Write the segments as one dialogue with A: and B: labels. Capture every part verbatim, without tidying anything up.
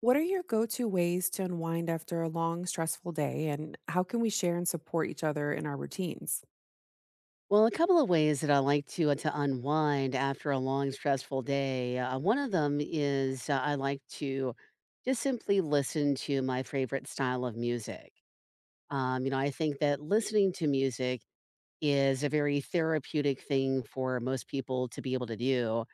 A: What are your go to ways to unwind after a long, stressful day, and how can we share and support each other in our routines?
B: Well, a couple of ways that I like to uh, to unwind after a long stressful day. Uh, one of them is uh, I like to just simply listen to my favorite style of music. Um, you know, I think that listening to music is a very therapeutic thing for most people to be able to do.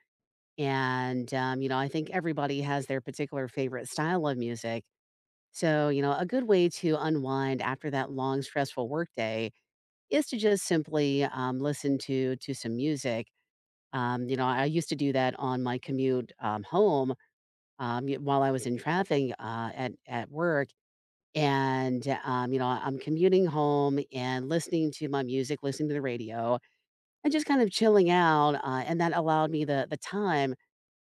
B: And um, you know, I think everybody has their particular favorite style of music. So, you know, a good way to unwind after that long stressful workday is to just simply, um, listen to to some music. Um, you know, I used to do that on my commute, um, home, um, y while I was in traffic, uh, at at work, and, um, you know, I'm commuting home and listening to my music, listening to the radio, and just kind of chilling out, uh, and that allowed me the the time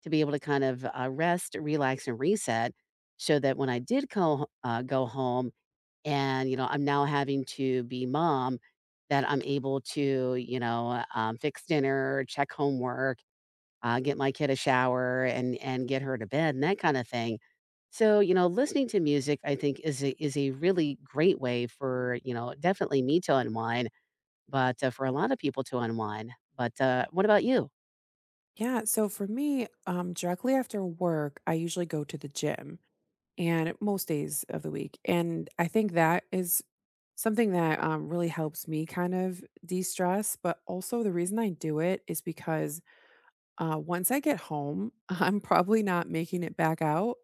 B: to be able to kind of, uh, rest, relax, and reset so that when I did go uh, go home and, you know, I'm now having to be mom that I'm able to, you know, um, fix dinner, check homework, uh, get my kid a shower and and get her to bed and that kind of thing. So, you know, listening to music I think is a, is a really great way for, you know, definitely me to unwind, but uh, for a lot of people to unwind. But uh, what about you?
A: Yeah, so for me, um, directly after work, I usually go to the gym and most days of the week. And I think that is something that um, really helps me kind of de stress. But also, the reason I do it is because Uh, once I get home, I'm probably not making it back out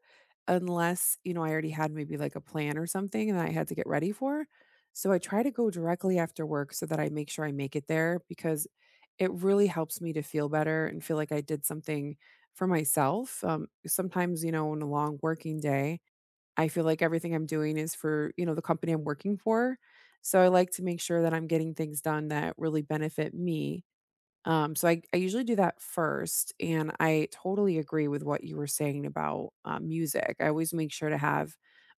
A: unless, you know, I already had maybe like a plan or something that I had to get ready for. So I try to go directly after work so that I make sure I make it there because it really helps me to feel better and feel like I did something for myself. Um, sometimes, you know, in a long working day, I feel like everything I'm doing is for, you know, the company I'm working for. So I like to make sure that I'm getting things done that really benefit me um, so I I usually do that first, and I totally agree with what you were saying about, uh, music. I always make sure to have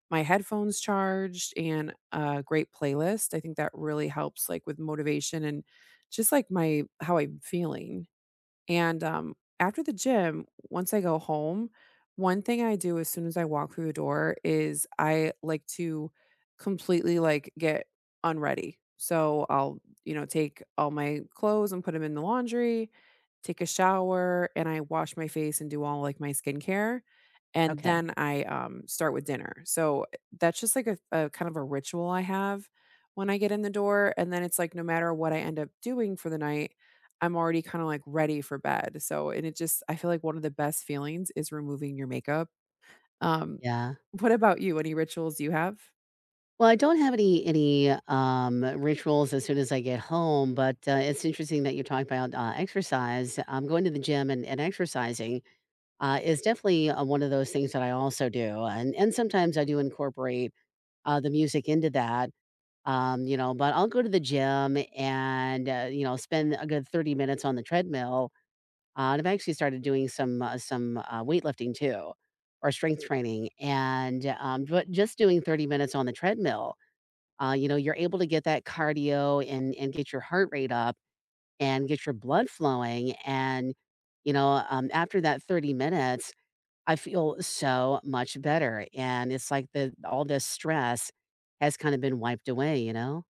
A: my headphones charged and a great playlist. I think that really helps, like, with motivation and just, like, my how I'm feeling. And, um, after the gym, once I go home, one thing I do as soon as I walk through the door is I like to completely, like, get unready. So, I'll, you know, take all my clothes and put them in the laundry, take a shower, and I wash my face and do all, like, my skincare, and
B: Okay.
A: then I, um, start with dinner. So, eh, that's just like a a kind of a ritual I have when I get in the door, and then it's like no matter what I end up doing for the night I'm already kinda, like, ready for bed, so and it just I feel like one of the best feelings is removing your makeup. Um,
B: Yeah.
A: what about you? Any rituals you have?
B: Well, I don't have any any, um, rituals as soon as I get home, but, uh, it's interesting that you talked about, uh, exercise. Um, going to the gym and and exercising, uh, is definitely, uh, one of those things that I also do, and and sometimes I do incorporate, uh, the music into that, um, you know, but I'll go to the gym and, uh, you know, spend a good thirty minutes on the treadmill, uh, and I've actually started doing some, uh some, uh, weightlifting too or strength training, and, um, but just doing thirty minutes on the treadmill uh, you know, you're able to get that cardio and and get your heart rate up and get your blood flowing. And, you know, um, after that thirty minutes, I feel so much better. And it's like the all this stress has kind of been wiped away, you know?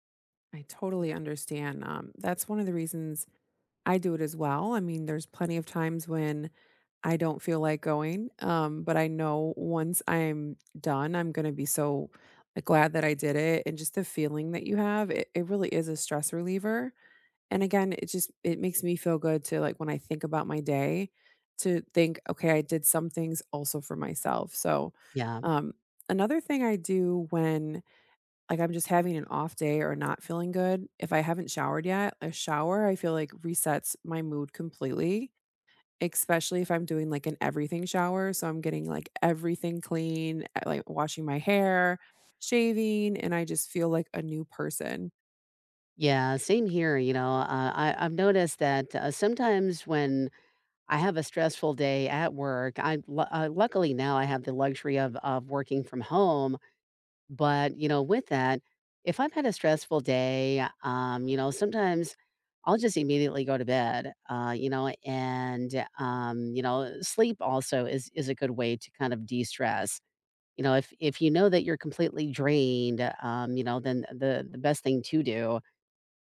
A: I totally understand, um, that's one of the reasons I do it as well, I mean, there's plenty of times when I don't feel like going, um, but I know once I'm done, I'm gonna be so, like, glad that I did it, and just the feeling that you have, it it really is a stress reliever. And again, it just it makes me feel good to, like, when I think about my day, to think, "Okay, I did some things also for myself." So,
B: Yeah.
A: um, another thing I do when, like, I'm just having an off day or not feeling good, if I haven't showered yet, a shower, I feel like resets my mood completely, especially if I'm doing, like, an everything shower, so I'm getting, like, everything clean, uh, like, washing my hair, shaving, and I just feel like a new person.
B: Yeah, same here. You know, uh, I, I've noticed that uh, sometimes when I have a stressful day at work, I lu- uh, luckily now I have the luxury of of working from home. But, you know, with that, if I've had a stressful day, um, you know, sometimes I'll just immediately go to bed, uh, you know, and um, you know, sleep also is is a good way to kind of de-stress. You know, if if you know that you're completely drained, um, you know, then the the best thing to do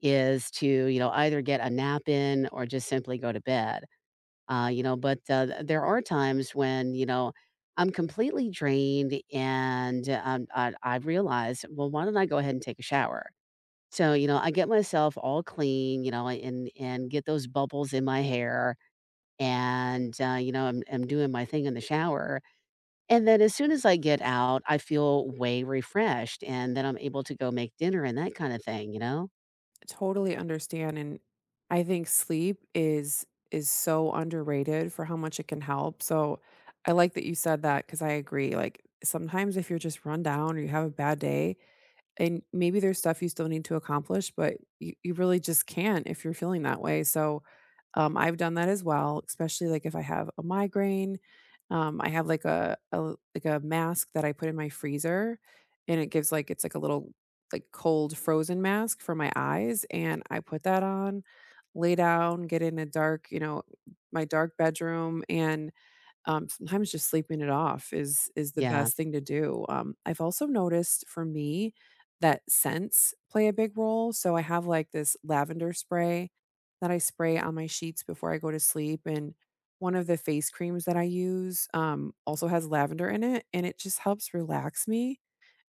B: is to, you know, either get a nap in or just simply go to bed. Uh, you know, but uh, th- there are times when, you know, I'm completely drained and um, I, I realize, well, why don't I go ahead and take a shower? So, you know, I get myself all clean, you know, and and get those bubbles in my hair and uh, you know, I'm I'm doing my thing in the shower. And then as soon as I get out, I feel way refreshed and then I'm able to go make dinner and that kind of thing, you know?
A: Totally understand and I think sleep is is so underrated for how much it can help. So I like that you said that cuz I agree like sometimes if you're just run down or you have a bad day, and maybe there's stuff you still need to accomplish, but you, you really just can't if you're feeling that way. So um, I've done that as well, especially like if I have a migraine. Um, I have like a, a like a mask that I put in my freezer and it gives like it's like a little like cold frozen mask for my eyes. And I put that on, lay down, get in a dark, you know, my dark bedroom and um, sometimes just sleeping it off is is the
B: Yeah.
A: best thing to do. Um, I've also noticed for me that scents play a big role. So I have like this lavender spray that I spray on my sheets before I go to sleep, and one of the face creams that I use um, also has lavender in it, and it just helps relax me.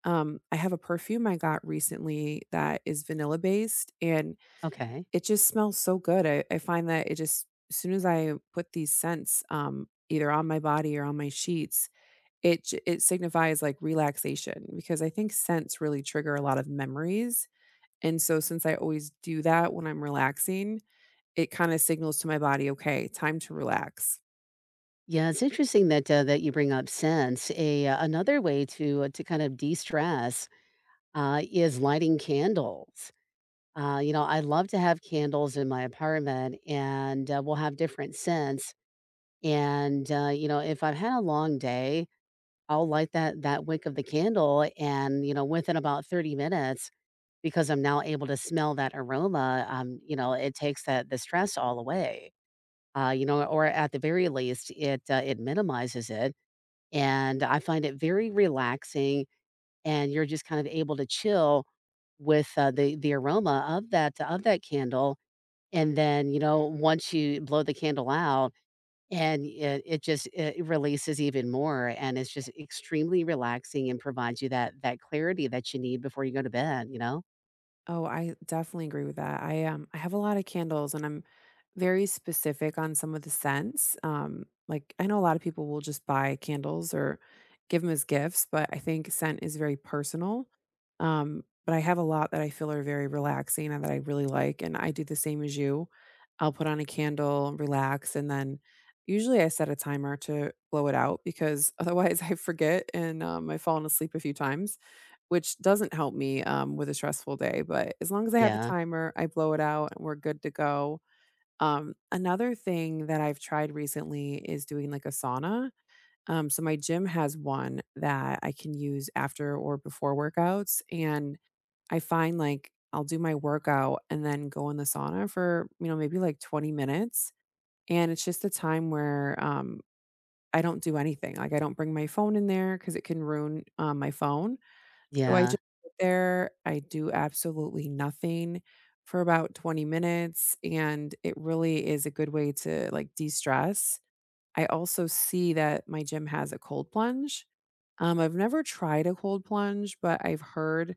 A: Um, I have a perfume I got recently that is vanilla based, and
B: Okay.
A: it just smells so good. I I find that it just as soon as I put these scents, um, either on my body or on my sheets, it j it signifies, like, relaxation because I think scents really trigger a lot of memories, and so since I always do that when I'm relaxing, it kinda signals to my body, "Okay, time to relax."
B: Yeah, it's interesting that uh, that you bring up scents. A uh, Another way to uh, to kind of de-stress uh, is lighting candles. Uh, you know, I love to have candles in my apartment, and uh, we'll have different scents. And uh, you know, if I've had a long day, I'll light that that wick of the candle, and you know, within about thirty minutes, because I'm now able to smell that aroma, um, you know, it takes that the stress all away. Uh, you know, or at the very least, it uh, it minimizes it and I find it very relaxing, and you're just kind of able to chill with, uh, the the aroma of that of that candle, and then, you know, once you blow the candle out and it it just it releases even more, and it's just extremely relaxing and provides you that that clarity that you need before you go to bed, you know?
A: Oh, I definitely agree with that. I um I have a lot of candles and I'm very specific on some of the scents. Um like I know a lot of people will just buy candles or give them as gifts, but I think scent is very personal. Um but I have a lot that I feel are very relaxing and that I really like and I do the same as you. I'll put on a candle, relax and then usually I set a timer to blow it out because otherwise I forget and um I've fallen asleep a few times. Which doesn't help me, um, with a stressful day, but as long as I have a
B: Yeah.
A: timer, I blow it out and we're good to go. Um, another thing that I've tried recently is doing, like, a sauna. Um, so my gym has one that I can use after or before workouts, and I find, like, I'll do my workout and then go in the sauna for, you know, maybe, like, twenty minutes, and it's just a time where, um, I don't do anything. Like, I don't bring my phone in there because it can ruin, um, my phone. So I
B: Yeah.
A: just sit there, I do absolutely nothing for about twenty minutes, and it really is a good way to like de-stress. I also see that my gym has a cold plunge. Um, I've never tried a cold plunge, but I've heard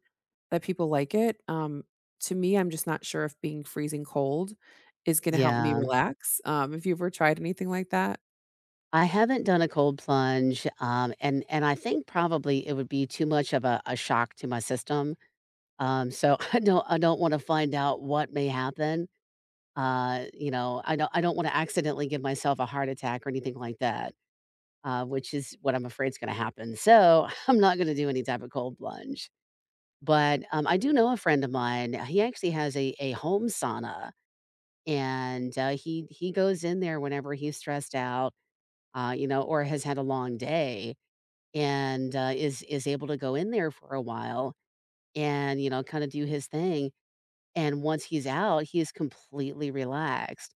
A: that people like it. Um, to me, I'm just not sure if being freezing cold is gonna help me
B: Yeah.
A: relax. Um, if you've ever tried anything like that?
B: I haven't done a cold plunge, um, and and I think probably it would be too much of a a shock to my system. Um, so I don't I don't wanna find out what may happen. Uh, you know, I don't I don't wanna accidentally give myself a heart attack or anything like that, uh, which is what I'm afraid is gonna happen. So, I'm not gonna do any type of cold plunge. But, um, I do know a friend of mine, uh, he actually has a a home sauna, and, uh, he he goes in there whenever he's stressed out, uh, you know, or has had a long day and, uh, is is able to go in there for a while and, you know, kinda do his thing. And once he's out, he is completely relaxed.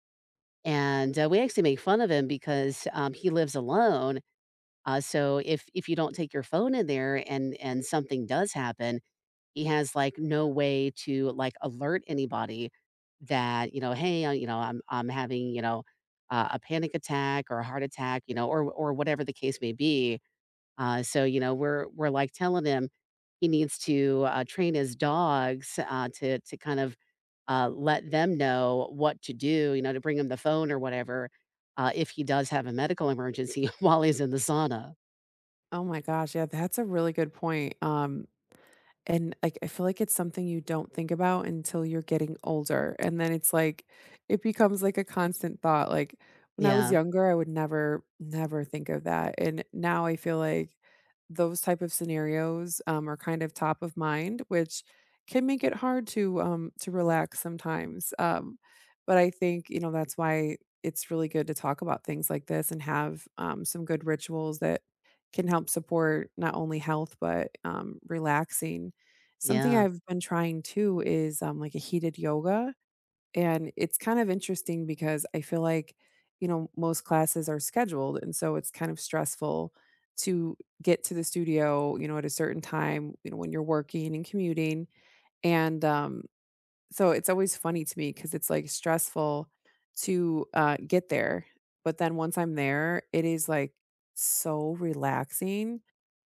B: And, uh, we actually make fun of him because, um, he lives alone, uh, so if if you don't take your phone in there and and something does happen, he has, like, no way to, like, alert anybody that, you know, "Hey, uh, you know, I'm I'm having, you know, uh, a panic attack or a heart attack," you know, or or whatever the case may be. Uh, so, you know, we're we're, like, telling him he needs to, uh, train his dogs, uh, to to kind of uh, let them know what to do, you know, to bring him the phone or whatever, uh, if he does have a medical emergency while he's in the sauna.
A: Oh my gosh, yeah, that's a really good point. Um And like I feel like it's something you don't think about until you're getting older. And then it's like it becomes like a constant thought. Like when I was
B: Yeah,
A: younger, I would never, never think of that. And now I feel like those type of scenarios um, are kind of top of mind, which can make it hard to um, to relax sometimes. Um, but I think you know that's why it's really good to talk about things like this and have um, some good rituals that can help support not only health but um, relaxing. Something
B: yeah.
A: I've been trying too is, um, like, a heated yoga, and it's kind of interesting because I feel like, you know, most classes are scheduled, and so it's kind of stressful to get to the studio, you know, at a certain time, you know, when you're working and commuting, and, um, so it's always funny to me because it's, like, stressful to, uh, get there, but then once I'm there, it is, like, so relaxing.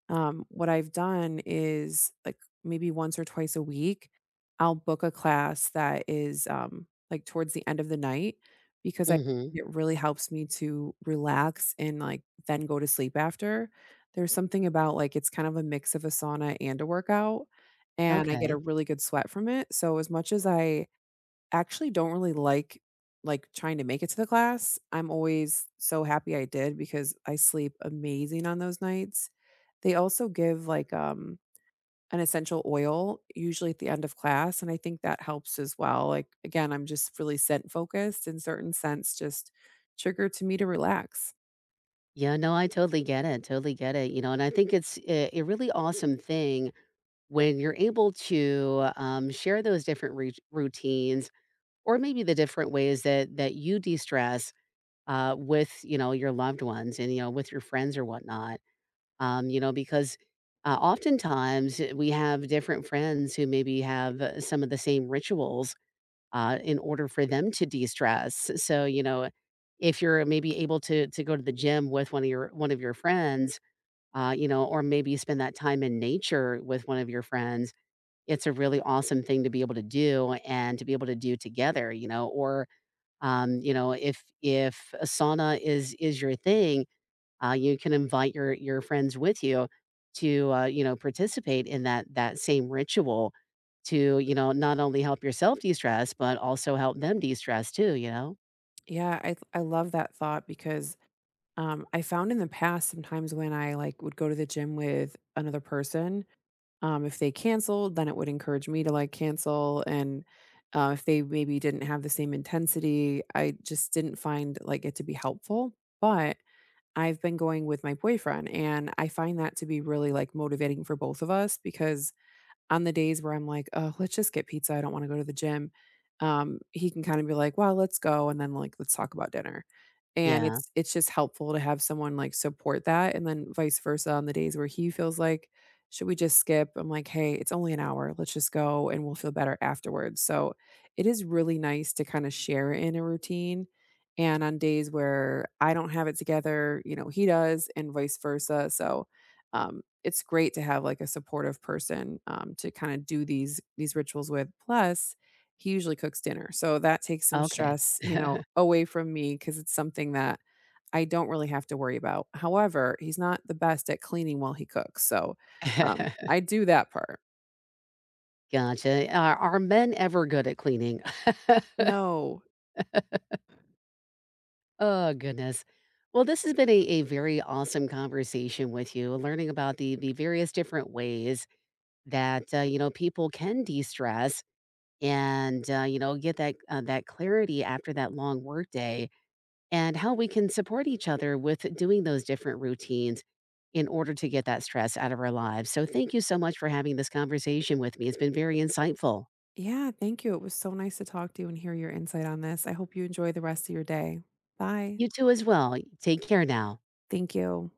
A: um, What I've done is like maybe once or twice a week, I'll book a class that is um, like towards the end of the night because I
B: Mhm.
A: it really helps me to relax and like then go to sleep after. There's something about like it's kind of a mix of a sauna and a workout, and I get a
B: Okay.
A: really good sweat from it. So as much as I actually don't really like like, trying to make it to the class. I'm always so happy I did because I sleep amazing on those nights. They also give, like, um, an essential oil usually at the end of class, and I think that helps as well. Like, again, I'm just really scent focused and certain scents just trigger to me to relax.
B: Yeah, no, I totally get it, totally get it, you know, and I think it's a, a really awesome thing when you're able to um, share those different rou- routines or maybe the different ways that that you de-stress uh, with you know your loved ones and you know with your friends or whatnot. Um, you know, because, uh, oftentimes, eh, we have different friends who maybe have uh, some of the same rituals, uh, in order for them to de-stress. So, you know, if you're maybe able to to go to the gym with one of your one of your friends, uh, you know, or maybe spend that time in nature with one of your friends, it's a really awesome thing to be able to do and to be able to do together, you know, or, um, you know, if if a sauna is is your thing, uh, you can invite your your friends with you to uh, you know participate in that that same ritual to you know not only help yourself de stress but also help them de stress too. You know?
A: Yeah, I I love that thought because, um, I found in the past sometimes when I, like, would go to the gym with another person. Um, if they canceled, then it would encourage me to, like, cancel, and, uh, if they maybe didn't have the same intensity, I just didn't find, like, it to be helpful, but I've been going with my boyfriend, and I find that to be really, like, motivating for both of us because on the days where I'm like, "Oh, let's just get pizza, I don't wanna go to the gym," um, he can kinda be like, "Well, let's go," and then, like, "Let's talk about dinner." And
B: Yeah.
A: it's it's just helpful to have someone, like, support that, and then vice versa on the days where he feels like, "Should we just skip?" I'm like, "Hey, it's only an hour, let's just go, and we'll feel better afterwards." So, it is really nice to kinda share in a routine, and on days where I don't have it together, you know, he does, and vice versa, so, um it's great to have, like, a supportive person, um, to kinda do these these rituals with. Plus, he usually cooks dinner, so that takes some
B: Okay.
A: stress, you know, away from me because it's something that I don't really have to worry about. However, he's not the best at cleaning while he cooks, so, um, I do that part.
B: Gotcha. Are, are men ever good at cleaning?
A: No.
B: Oh, goodness. Well, this has been a, a very awesome conversation with you, learning about the, the various different ways that, uh, you know, people can de-stress and, uh, you know, get that uh, that clarity after that long work day, and how we can support each other with doing those different routines in order to get that stress out of our lives. So thank you so much for having this conversation with me. It's been very insightful.
A: Yeah, thank you. It was so nice to talk to you and hear your insight on this. I hope you enjoy the rest of your day. Bye.
B: You too as well. Take care now.
A: Thank you.